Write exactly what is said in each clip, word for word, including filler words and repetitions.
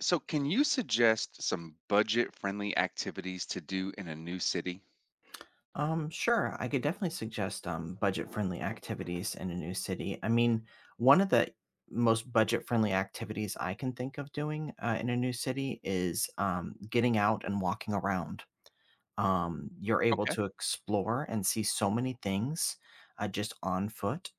So, can you suggest some budget friendly activities to do in a new city? Um, sure. I could definitely suggest um, budget-friendly activities in a new city. I mean, one of the most budget-friendly activities I can think of doing uh, in a new city is um, getting out and walking around. Um, you're able Okay. to explore and see so many things uh, just on foot.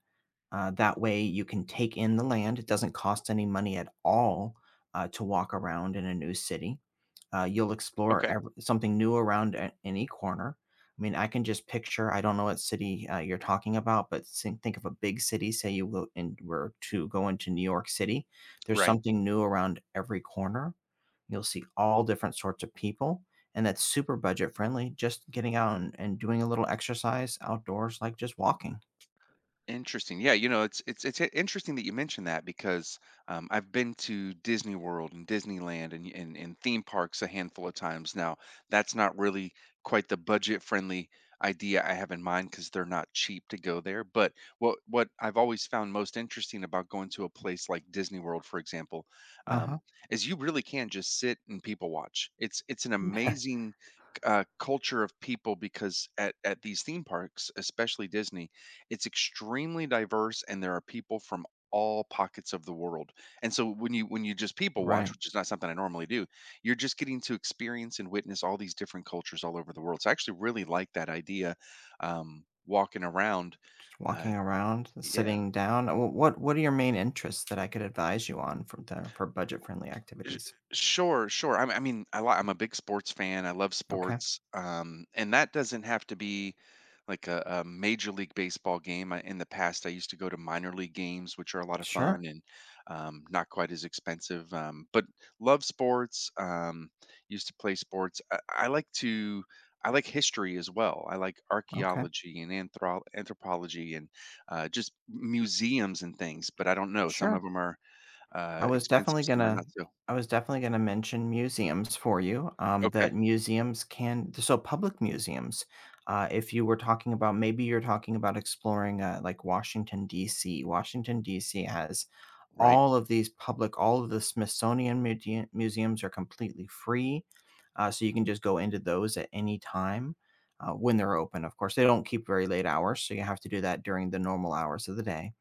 Uh, that way, you can take in the land. It doesn't cost any money at all uh, to walk around in a new city. Uh, you'll explore Okay. ev- something new around a- any corner. I mean, I can just picture. I don't know what city uh, you're talking about, but think, think of a big city. Say you go and were to go into New York City. There's Right. something new around every corner. You'll see all different sorts of people, and that's super budget friendly. Just getting out and, and doing a little exercise outdoors, like just walking. Interesting. Yeah, you know, it's it's it's i- interesting that you mentioned that because um, I've been to Disney World and Disneyland and, and and theme parks a handful of times. Now, that's not really quite the budget-friendly idea I have in mind because they're not cheap to go there. But what what I've always found most interesting about going to a place like Disney World, for example, Uh um, huh. is you really can just sit and people watch. It's it's an amazing uh, culture of people because at at these theme parks, especially Disney, it's extremely diverse and there are people from all pockets of the world. And so when you when you just people watch, Right. which is not something I normally do, you're just getting to experience and witness all these different cultures all over the world. So I actually really like that idea, um walking around. Just uh walking around, yeah. sitting down. Uh, wh- What what are your main interests that I could advise you on from there for budget friendly Sh activities? Sure, sure. i I mean, I li I'm a big sports fan, I love Okay. sports, um, and that doesn't have to be like a a Major League Baseball game. I in the past, I used to go to minor league games, which are a lot of Sure. fun, and um, not quite as expensive. Um, but love sports. Um, used to play sports. I I like to I like history as well. I like Okay. archaeology and anthro anthropology and uh, just museums and things, but I don't know, some of Sure. them are I uh, was expensive, definitely some are gonna not so. I was definitely gonna mention museums for you. Um, Okay. that museums can so public museums. Uh, if you were talking about maybe you're talking about exploring uh, like Washington D C Washington D C has Right. all of these public, all of the Smithsonian mudea- museums are completely free. Uh, so you can just go into those at any time uh, when they're open. Of course, they don't keep very late hours. So you have to do that during the normal hours of the day.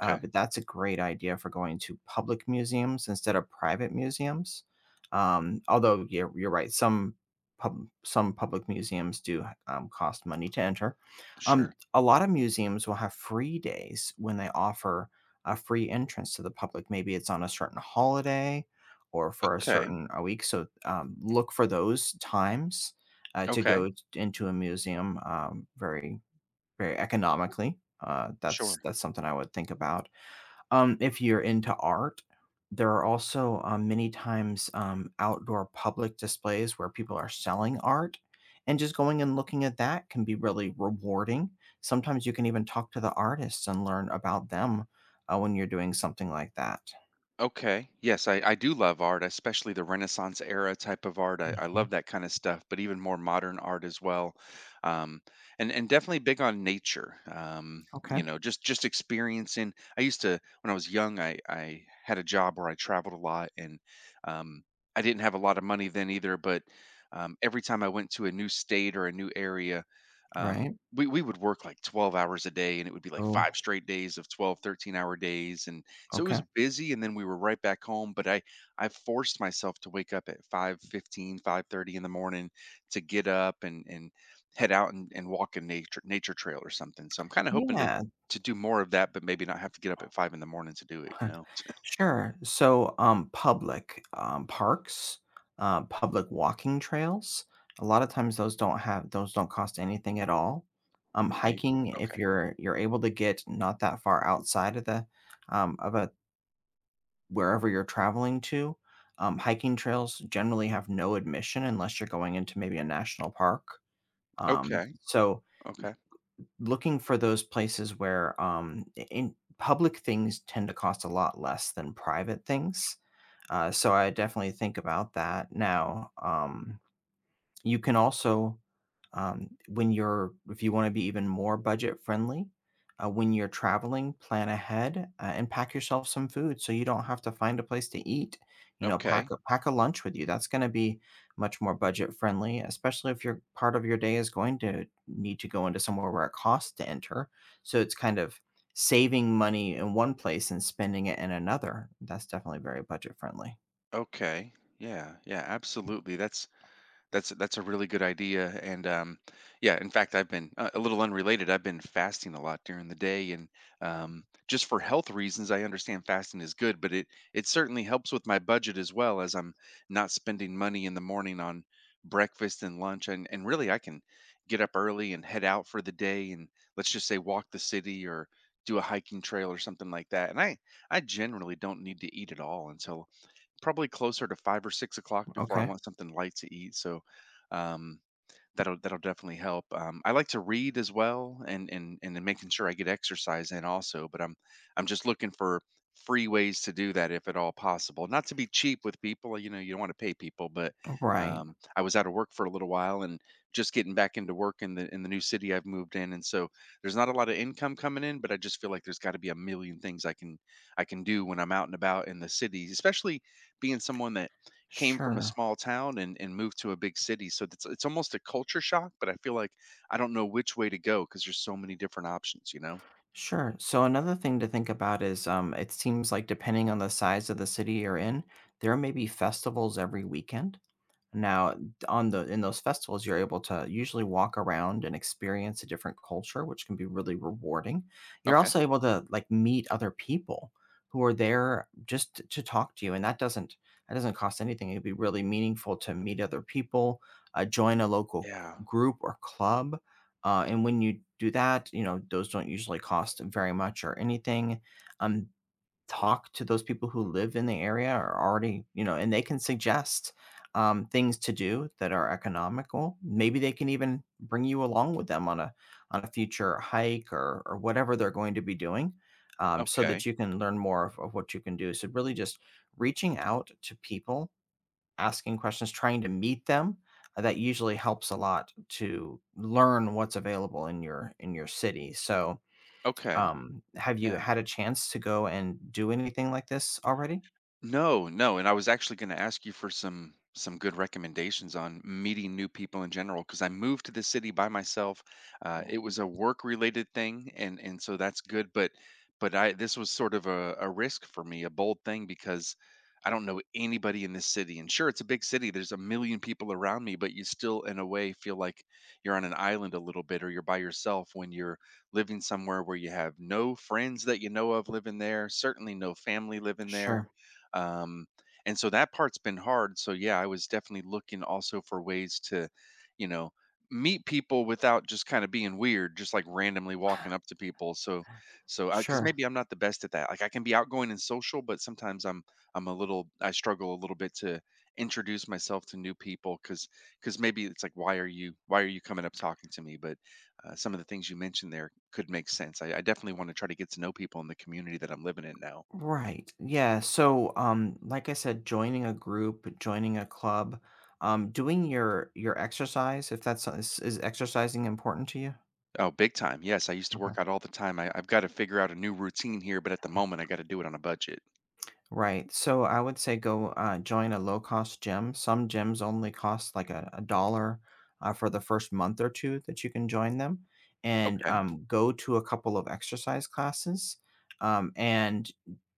Uh, but that's a great idea for going to public museums instead of private museums. Um, although you're, you're right, some pub, some public museums do um, cost money to enter. Um, Sure. A lot of museums will have free days when they offer a free entrance to the public. Maybe it's on a certain holiday or for a Okay. certain a week. So um, look for those times uh, to go Okay. t- into a museum um, very very economically. Uh, that's Sure. That's something I would think about. Um, if you're into art, there are also, um, many times, um, outdoor public displays where people are selling art, and just going and looking at that can be really rewarding. Sometimes you can even talk to the artists and learn about them, uh, when you're doing something like that. Okay. Yes, I, I do love art, especially the Renaissance era type of art. I, I Mhm. love that kind of stuff, but even more modern art as well. Um, and and definitely big on nature. Um, Okay. you know, just just experiencing. I used to When I was young, I I had a job where I traveled a lot, and um, I didn't have a lot of money then either. But um, every time I went to a new state or a new area, um, Right. we we would work like twelve hours a day, and it would be like five Oh, straight days of twelve thirteen hour days, and so it okay. was busy and then we were right back home, but I I forced myself to wake up at five fifteen, five thirty in the morning to get up and and head out and, and walk a nature nature trail or something. So I'm kind of hoping to Yeah. to do more of that, but maybe not have to get up at five in the morning to do it, you know. Sure. So, um, public um, parks, uh, public walking trails. A lot of times, those don't have those don't cost anything at all. Um, right? Hiking, if Okay. you're you're able to get not that far outside of the um, of a wherever you're traveling to, um, hiking trails generally have no admission unless you're going into maybe a national park. Um, Okay. So, Okay. looking for those places where um, in public things tend to cost a lot less than private things uh, so I definitely think about that. Now, um, you can also, um, when you're, if you want to be even more budget friendly, uh, when you're traveling, plan ahead uh, and pack yourself some food so you don't have to find a place to eat. You know, pack Okay. a pack a lunch with you. That's going to be much more budget friendly, especially if your part of your day is going to need to go into somewhere where it costs to enter. So it's kind of saving money in one place and spending it in another. That's definitely very budget friendly. Okay. Yeah. Yeah, absolutely. That's That's that's a really good idea, and um, yeah. In fact, I've been uh, a little unrelated. I've been fasting a lot during the day, and um, just for health reasons, I understand fasting is good, but it it certainly helps with my budget as well as I'm not spending money in the morning on breakfast and lunch, and and really I can get up early and head out for the day, and let's just say walk the city or do a hiking trail or something like that. And I I generally don't need to eat at all until probably closer to five or six o'clock before I Okay. want something light to eat, so, um that'll that'll definitely help. Um, I like to read as well, and and and then making sure I get exercise in also. But I'm I'm just looking for free ways to do that if at all possible. Not to be cheap with people, you know, you don't want to pay people. But Right. um, I was out of work for a little while and just getting back into work in the in the new city I've moved in, and so there's not a lot of income coming in. But I just feel like there's got to be a million things I can I can do when I'm out and about in the city, especially being someone that came from a Sure. small town and and moved to a big city, so it's it's almost a culture shock, but I feel like I don't know which way to go because there's so many different options, you know? Sure. So another thing to think about is um, it seems like depending on the size of the city you're in, there may be festivals every weekend. Now, on the in those festivals, you're able to usually walk around and experience a different culture, which can be really rewarding. You're Okay. also able to like meet other people who are there just to talk to you, and that doesn't that doesn't cost anything. It'd be really meaningful to meet other people, uh, join a local Yeah. c- group or club, uh, and when you do that, you know those don't usually cost very much or anything. Um, Talk to those people who live in the area or already, you know, and they can suggest um, things to do that are economical. Maybe they can even bring you along with them on a on a future hike or or whatever they're going to be doing, um, so Okay. that you can learn more of, of what you can do. So really, just reaching out to people, asking questions, trying to meet them. uh, That usually helps a lot to learn what's available in your in your city. So Okay. um, have you Yeah. had a chance to go and do anything like this already? No, no, and I was actually gonna ask you for some some good recommendations on meeting new people in general because I moved to the city by myself. Uh, it was a work-related thing, and and so that's good, but but I this was sort of a a risk for me, a bold thing, because I don't know anybody in this city, and sure, it's a big city, there's a million people around me, but you still, in a way, feel like you're on an island a little bit, or you're by yourself when you're living somewhere where you have no friends that you know of living there, certainly no family living there, Sure, um, and so that part's been hard. So yeah, I was definitely looking also for ways to you know meet people without just kind of being weird, just like randomly walking up to people. So so because sure. maybe I'm not the best at that. Like, I can be outgoing and social, but sometimes i'm i'm a little I struggle a little bit to introduce myself to new people because because maybe it's like why are you why are you coming up talking to me. But uh, some of the things you mentioned there could make sense. I, I definitely want to try to get to know people in the community that I'm living in now. Right. Yeah. So, um, like I said, joining a group, joining a club, um, doing your your exercise, if that's is, is exercising important to you? Oh, big time. Yes, I used to work out all the time. I, I've got to figure out a new routine here, but at the moment, I got to do it on a budget. Right. So I would say go uh, join a low cost gym. Some gyms only cost like a, a dollar uh, for the first month or two that you can join them and Okay. um, go to a couple of exercise classes. Um, and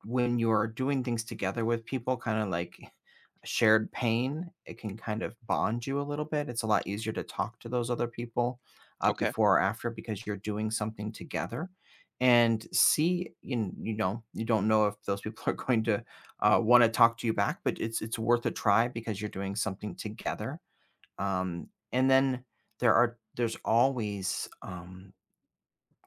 when you're doing things together with people, kind of like shared pain, it can kind of bond you a little bit. It's a lot easier to talk to those other people uh, Okay. before or after because you're doing something together and see you, you know you don't know if those people are going to uh, want to talk to you back, but it's it's worth a try because you're doing something together. Um, and then there are there's always um,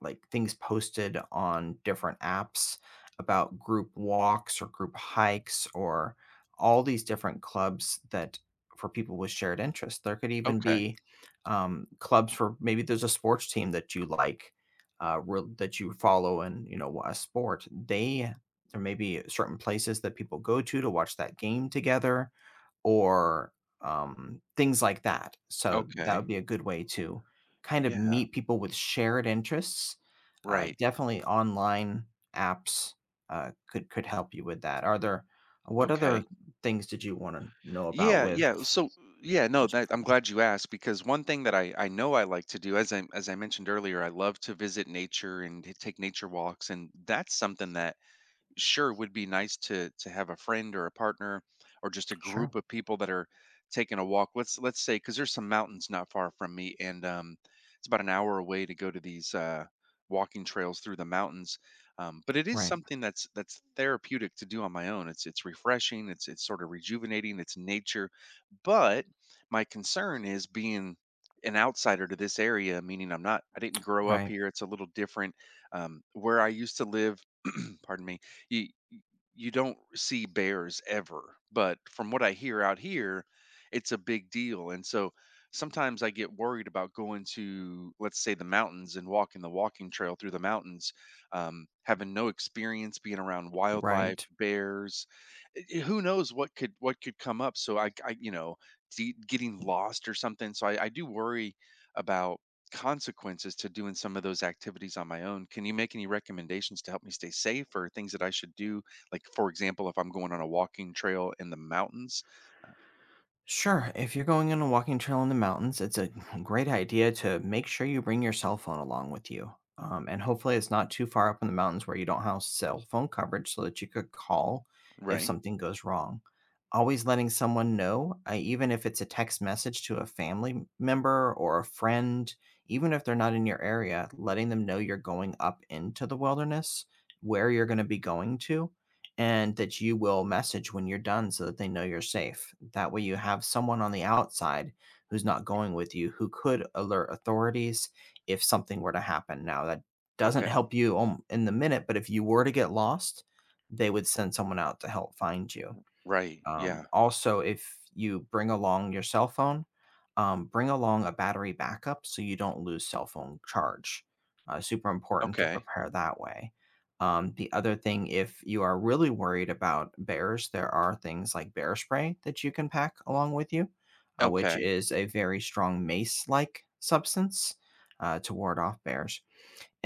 like things posted on different apps about group walks or group hikes or all these different clubs that for people with shared interests. There could even Okay. be um, clubs for maybe there's a sports team that you like, uh, real- that you follow, and you know a sport. They There may be certain places that people go to to watch that game together or, um, things like that. So that would Okay. be a good way to kind of Yeah. meet people with shared interests. Uh, Right. Definitely online apps, uh, could could help you with that. Are there what other Okay. things did you wanna know about Yeah. with Yeah. So yeah. No. That, I'm budget-friendly? glad you asked because one thing that I I know I like to do, as I as I mentioned earlier, I love to visit nature and t- take nature walks, and that's something that sure would be nice to to have a friend or a partner or just a Sure. group of people that are taking a walk, let's let's say, because there's some mountains not far from me, and um it's about an hour away to go to these uh walking trails through the mountains. Um, but it is Right. something that's that's therapeutic to do on my own. It's it's refreshing, it's it's sort of rejuvenating, it's nature. But my concern is being an outsider to this area, meaning i'm not I didn't grow up Right. here, it's a little different. Um, where I used to live pardon me, you you don't see bears ever, but from what I hear out here, it's a big deal. And so sometimes I get worried about going to, let's say, the mountains and walking the walking trail through the mountains, um, having no experience being around wildlife, Right. bears. i- i- Who knows what could what could come up? So I, I you know, de- getting lost or something. So I, I do worry about consequences to doing some of those activities on my own. Can you make any recommendations to help me stay safe or things that I should do? Like, for example, if I'm going on a walking trail in the mountains? Sure, if you're going on a walking trail in the mountains, it's a great idea to make sure you bring your cell phone along with you. Um, and hopefully, it's not too far up in the mountains where you don't have cell phone coverage so that you could call if Right. something goes wrong. Always letting someone know, uh, even if it's a text message to a family m- member or a friend, even if they're not in your area, letting them know you're going up into the wilderness, where you're going to be going to and that you will message when you're done so that they know you're safe. That way, you have someone on the outside who's not going with you who could alert authorities if something were to happen. Now, that doesn't Okay. help you on- in the minute, but if you were to get lost, they would send someone out to help find you. Right. Um, Yeah. Also, if you bring along your cell phone, um, bring along a battery backup so you don't lose cell phone charge. Uh, super important to Okay. prepare that way. Um, the other thing, if you are really worried about bears, there are things like bear spray that you can pack along with you, uh, which Okay. is a very strong mace like substance uh, to ward off bears.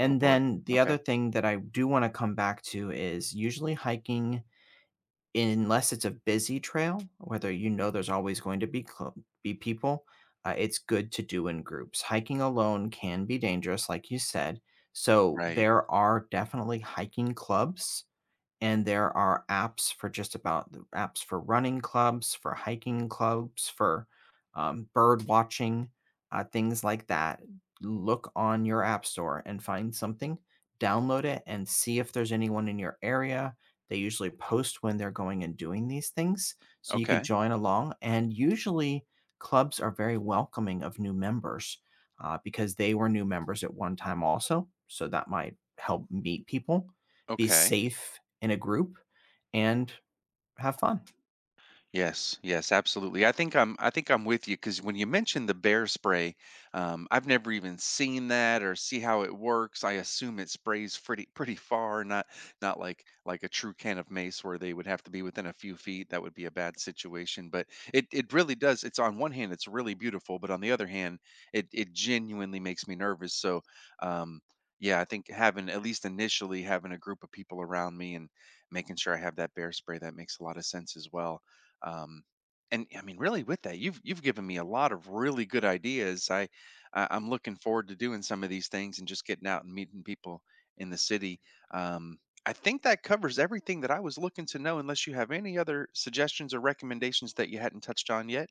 Oh, boy. then the Okay. other thing that I do want to come back to is usually hiking. Unless it's a busy trail, whether you know there's always going to be clo be people, uh, it's good to do in groups. Hiking alone can be dangerous, like you said, so Right. there are definitely hiking clubs and there are apps for just about apps for running clubs, for hiking clubs, for um, bird watching, uh, things like that. Look on your app store and find something, download it, and see if there's anyone in your area. They usually post when they're going and doing these things, so you could Okay. join along. And usually, clubs are very welcoming of new members uh, because they were new members at one time, also. So that might help meet people, be Okay. safe in a group, and have fun. Yes, yes, absolutely. I think I'm I think I'm with you because when you mentioned the bear spray, um, I've never even seen that or see how it works. I assume it sprays pretty pretty far, not not like like a true can of mace where they would have to be within a few feet. That would be a bad situation. But it it really does. It's on one hand, it's really beautiful, but on the other hand, it it genuinely makes me nervous. So um yeah, I think having at least initially having a group of people around me and making sure I have that bear spray, that makes a lot of sense as well. um, and I mean, really, with that, you've you've given me a lot of really good ideas. I, I I'm looking forward to doing some of these things and just getting out and meeting people in the city. Um, I think that covers everything that I was looking to know. Unless you have any other suggestions or recommendations that you hadn't touched on yet.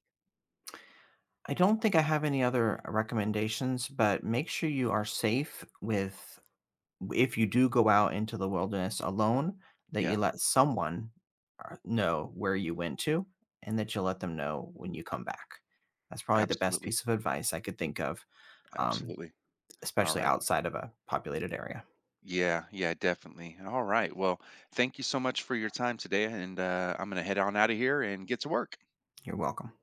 I don't think I have any other recommendations, but make sure you are safe with if you do go out into the wilderness alone, that you Yeah, let someone uh, know where you went to and that you let them know when you come back. That's probably the best absolutely, piece of advice I could think of, um, absolutely. All especially right. outside of a populated area. Yeah, yeah, definitely. All right. Well, thank you so much for your time today, and uh, I'm gonna head on out of here and get to work. You're welcome.